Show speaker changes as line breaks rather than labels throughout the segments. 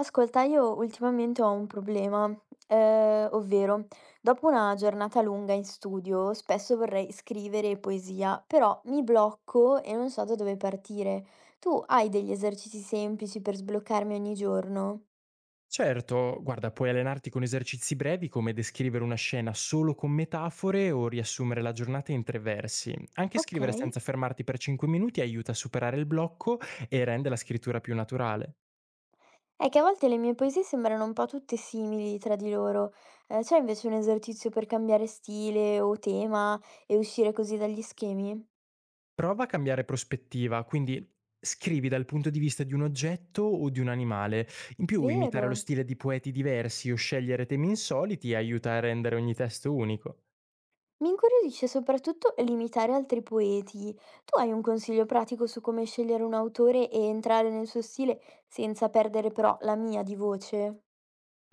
Ascolta, io ultimamente ho un problema, ovvero dopo una giornata lunga in studio spesso vorrei scrivere poesia, però mi blocco e non so da dove partire. Tu hai degli esercizi semplici per sbloccarmi ogni giorno?
Certo, guarda, puoi allenarti con esercizi brevi come descrivere una scena solo con metafore o riassumere la giornata in tre versi. Anche
Ok.
scrivere senza fermarti per 5 minuti aiuta a superare il blocco e rende la scrittura più naturale.
È che a volte le mie poesie sembrano un po' tutte simili tra di loro. C'è invece un esercizio per cambiare stile o tema e uscire così dagli schemi?
Prova a cambiare prospettiva, quindi scrivi dal punto di vista di un oggetto o di un animale. In più, imitare lo
Vero?
stile di poeti diversi o scegliere temi insoliti aiuta a rendere ogni testo unico.
Mi incuriosisce soprattutto l'imitare altri poeti. Tu hai un consiglio pratico su come scegliere un autore e entrare nel suo stile senza perdere però la mia di voce?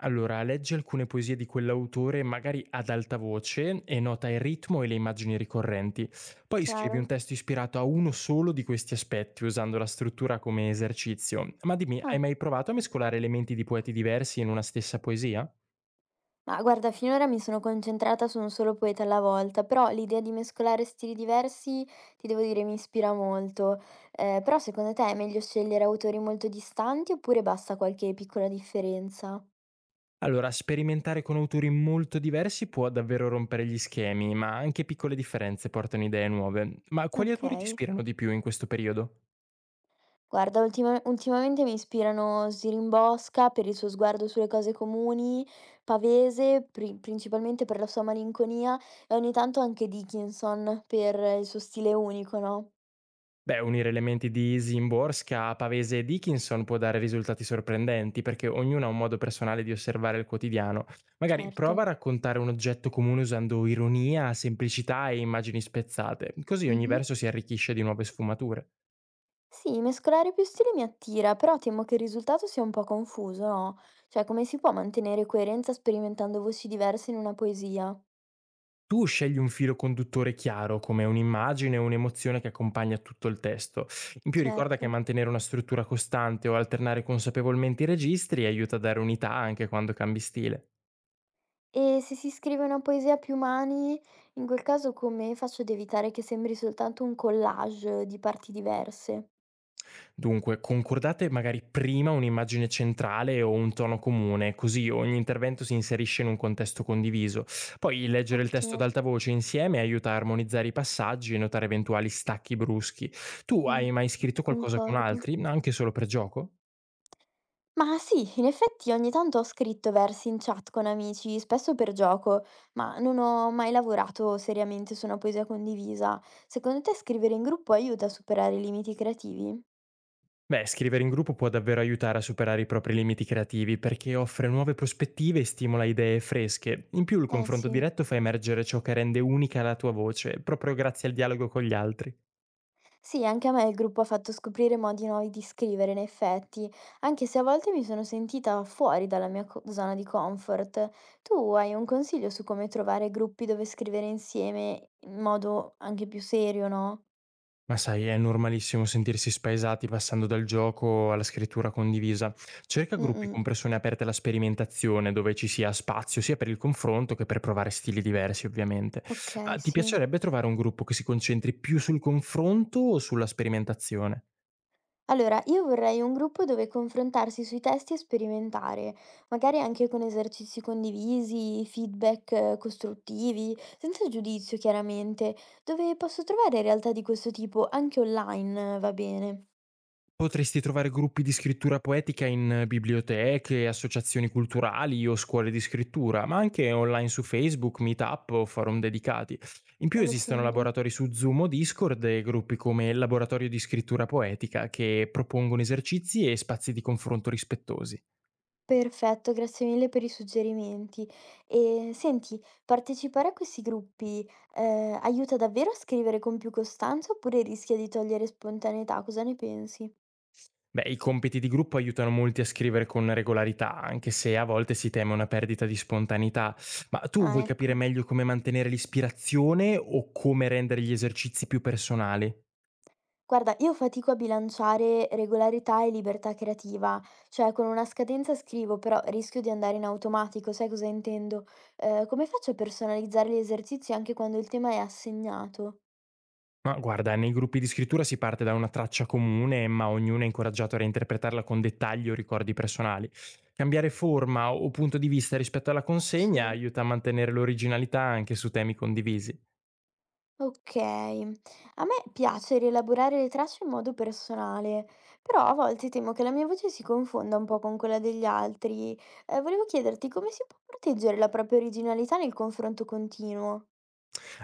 Allora, leggi alcune poesie di quell'autore, magari ad alta voce, e nota il ritmo e le immagini ricorrenti. Poi scrivi un
Chiaro?
testo ispirato a uno solo di questi aspetti, usando la struttura come esercizio. Ma dimmi,
Ah,
hai mai provato a mescolare elementi di poeti diversi in una stessa poesia?
ma guarda, finora mi sono concentrata su un solo poeta alla volta, però l'idea di mescolare stili diversi, ti devo dire, mi ispira molto. Però secondo te è meglio scegliere autori molto distanti oppure basta qualche piccola differenza?
Allora, sperimentare con autori molto diversi può davvero rompere gli schemi, ma anche piccole differenze portano idee nuove. Ma quali
Ok.
autori ti ispirano di più in questo periodo?
Guarda, ultimamente mi ispirano Sirin Bosca per il suo sguardo sulle cose comuni, Pavese, principalmente per la sua malinconia, e ogni tanto anche Dickinson per il suo stile unico, no,
Beh, unire elementi di Zimborska, Pavese e Dickinson può dare risultati sorprendenti perché ognuno ha un modo personale di osservare il quotidiano. Magari
certo.
prova a raccontare un oggetto comune usando ironia, semplicità e immagini spezzate, così ogni
Mh-mh.
verso si arricchisce di nuove sfumature.
Sì, mescolare più stili mi attira, però temo che il risultato sia un po' confuso, no, cioè come si può mantenere coerenza sperimentando voci diverse in una poesia?
Tu scegli un filo conduttore chiaro, come un'immagine o un'emozione che accompagna tutto il testo. In più ricorda che
Certo.
mantenere una struttura costante o alternare consapevolmente i registri aiuta a dare unità anche quando cambi stile.
E se si scrive una poesia a più mani, in quel caso come faccio ad evitare che sembri soltanto un collage di parti diverse?
Dunque, concordate magari prima un'immagine centrale o un tono comune, così ogni intervento si inserisce in un contesto condiviso. Poi leggere il testo
Ottimo,
ad alta voce insieme aiuta a armonizzare i passaggi e notare eventuali stacchi bruschi. Tu
mh,
hai mai scritto qualcosa con
concordo.
altri, anche solo per gioco?
Ma sì, in effetti ogni tanto ho scritto versi in chat con amici, spesso per gioco, ma non ho mai lavorato seriamente su una poesia condivisa. Secondo te scrivere in gruppo aiuta a superare i limiti creativi?
Beh, scrivere in gruppo può davvero aiutare a superare i propri limiti creativi perché offre nuove prospettive e stimola idee fresche. In più il
Eh
confronto
sì.
diretto fa emergere ciò che rende unica la tua voce, proprio grazie al dialogo con gli altri.
Sì, anche a me il gruppo ha fatto scoprire modi nuovi di scrivere, in effetti, anche se a volte mi sono sentita fuori dalla mia zona di comfort. Tu hai un consiglio su come trovare gruppi dove scrivere insieme in modo anche più serio, no?
Ma sai, è normalissimo sentirsi spaesati passando dal gioco alla scrittura condivisa. Cerca
Mm,
gruppi
mm.
con persone aperte alla sperimentazione, dove ci sia spazio sia per il confronto che per provare stili diversi, ovviamente.
Ok,
Ma ti
sì.
piacerebbe trovare un gruppo che si concentri più sul confronto o sulla sperimentazione?
Allora, io vorrei un gruppo dove confrontarsi sui testi e sperimentare, magari anche con esercizi condivisi, feedback costruttivi, senza giudizio chiaramente, dove posso trovare realtà di questo tipo anche online, va bene.
Potresti trovare gruppi di scrittura poetica in biblioteche, associazioni culturali o scuole di scrittura, ma anche online su Facebook, Meetup o forum dedicati. In più
Me lo
esistono
segno.
laboratori su Zoom o Discord e gruppi come il Laboratorio di Scrittura Poetica che propongono esercizi e spazi di confronto rispettosi.
Perfetto, grazie mille per i suggerimenti. E senti, partecipare a questi gruppi aiuta davvero a scrivere con più costanza oppure rischia di togliere spontaneità? Cosa ne pensi?
Beh, i compiti di gruppo aiutano molti a scrivere con regolarità, anche se a volte si teme una perdita di spontaneità. Ma tu
Ah,
vuoi capire
ecco.
meglio come mantenere l'ispirazione o come rendere gli esercizi più personali?
Guarda, io fatico a bilanciare regolarità e libertà creativa, cioè con una scadenza scrivo, però rischio di andare in automatico, sai cosa intendo? Come faccio a personalizzare gli esercizi anche quando il tema è assegnato?
Ma guarda, nei gruppi di scrittura si parte da una traccia comune, ma ognuno è incoraggiato a reinterpretarla con dettagli o ricordi personali. Cambiare forma o punto di vista rispetto alla consegna
Sì,
aiuta a mantenere l'originalità anche su temi condivisi.
ok. A me piace rielaborare le tracce in modo personale, però a volte temo che la mia voce si confonda un po' con quella degli altri. Volevo chiederti come si può proteggere la propria originalità nel confronto continuo,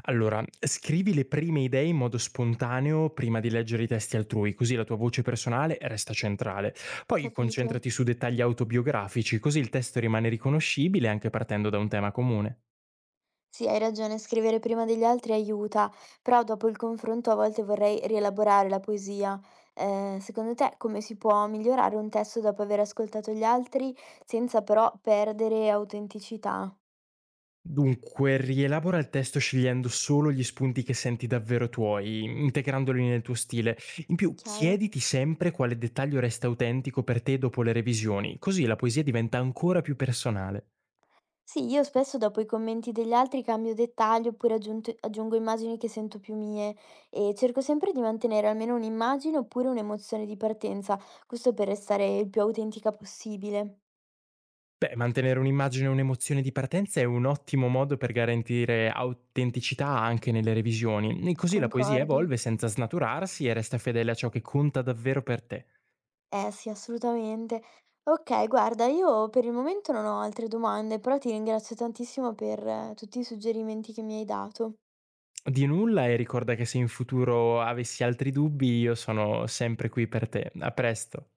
Allora, scrivi le prime idee in modo spontaneo prima di leggere i testi altrui, così la tua voce personale resta centrale. Poi
capito?
concentrati su dettagli autobiografici, così il testo rimane riconoscibile anche partendo da un tema comune.
Sì, hai ragione, scrivere prima degli altri aiuta, però dopo il confronto a volte vorrei rielaborare la poesia. Secondo te come si può migliorare un testo dopo aver ascoltato gli altri senza però perdere autenticità?
Dunque, rielabora il testo scegliendo solo gli spunti che senti davvero tuoi, integrandoli nel tuo stile. In più,
Chiaro?
chiediti sempre quale dettaglio resta autentico per te dopo le revisioni, così la poesia diventa ancora più personale.
Sì, io spesso dopo i commenti degli altri cambio dettagli oppure aggiungo immagini che sento più mie e cerco sempre di mantenere almeno un'immagine oppure un'emozione di partenza, questo per restare il più autentica possibile.
Beh, mantenere un'immagine e un'emozione di partenza è un ottimo modo per garantire autenticità anche nelle revisioni, e così la poesia
Concordo.
evolve senza snaturarsi e resta fedele a ciò che conta davvero per te.
Eh sì, assolutamente. Okay, guarda, io per il momento non ho altre domande, però ti ringrazio tantissimo per tutti i suggerimenti che mi hai dato.
Di nulla e ricorda che se in futuro avessi altri dubbi io sono sempre qui per te. A presto.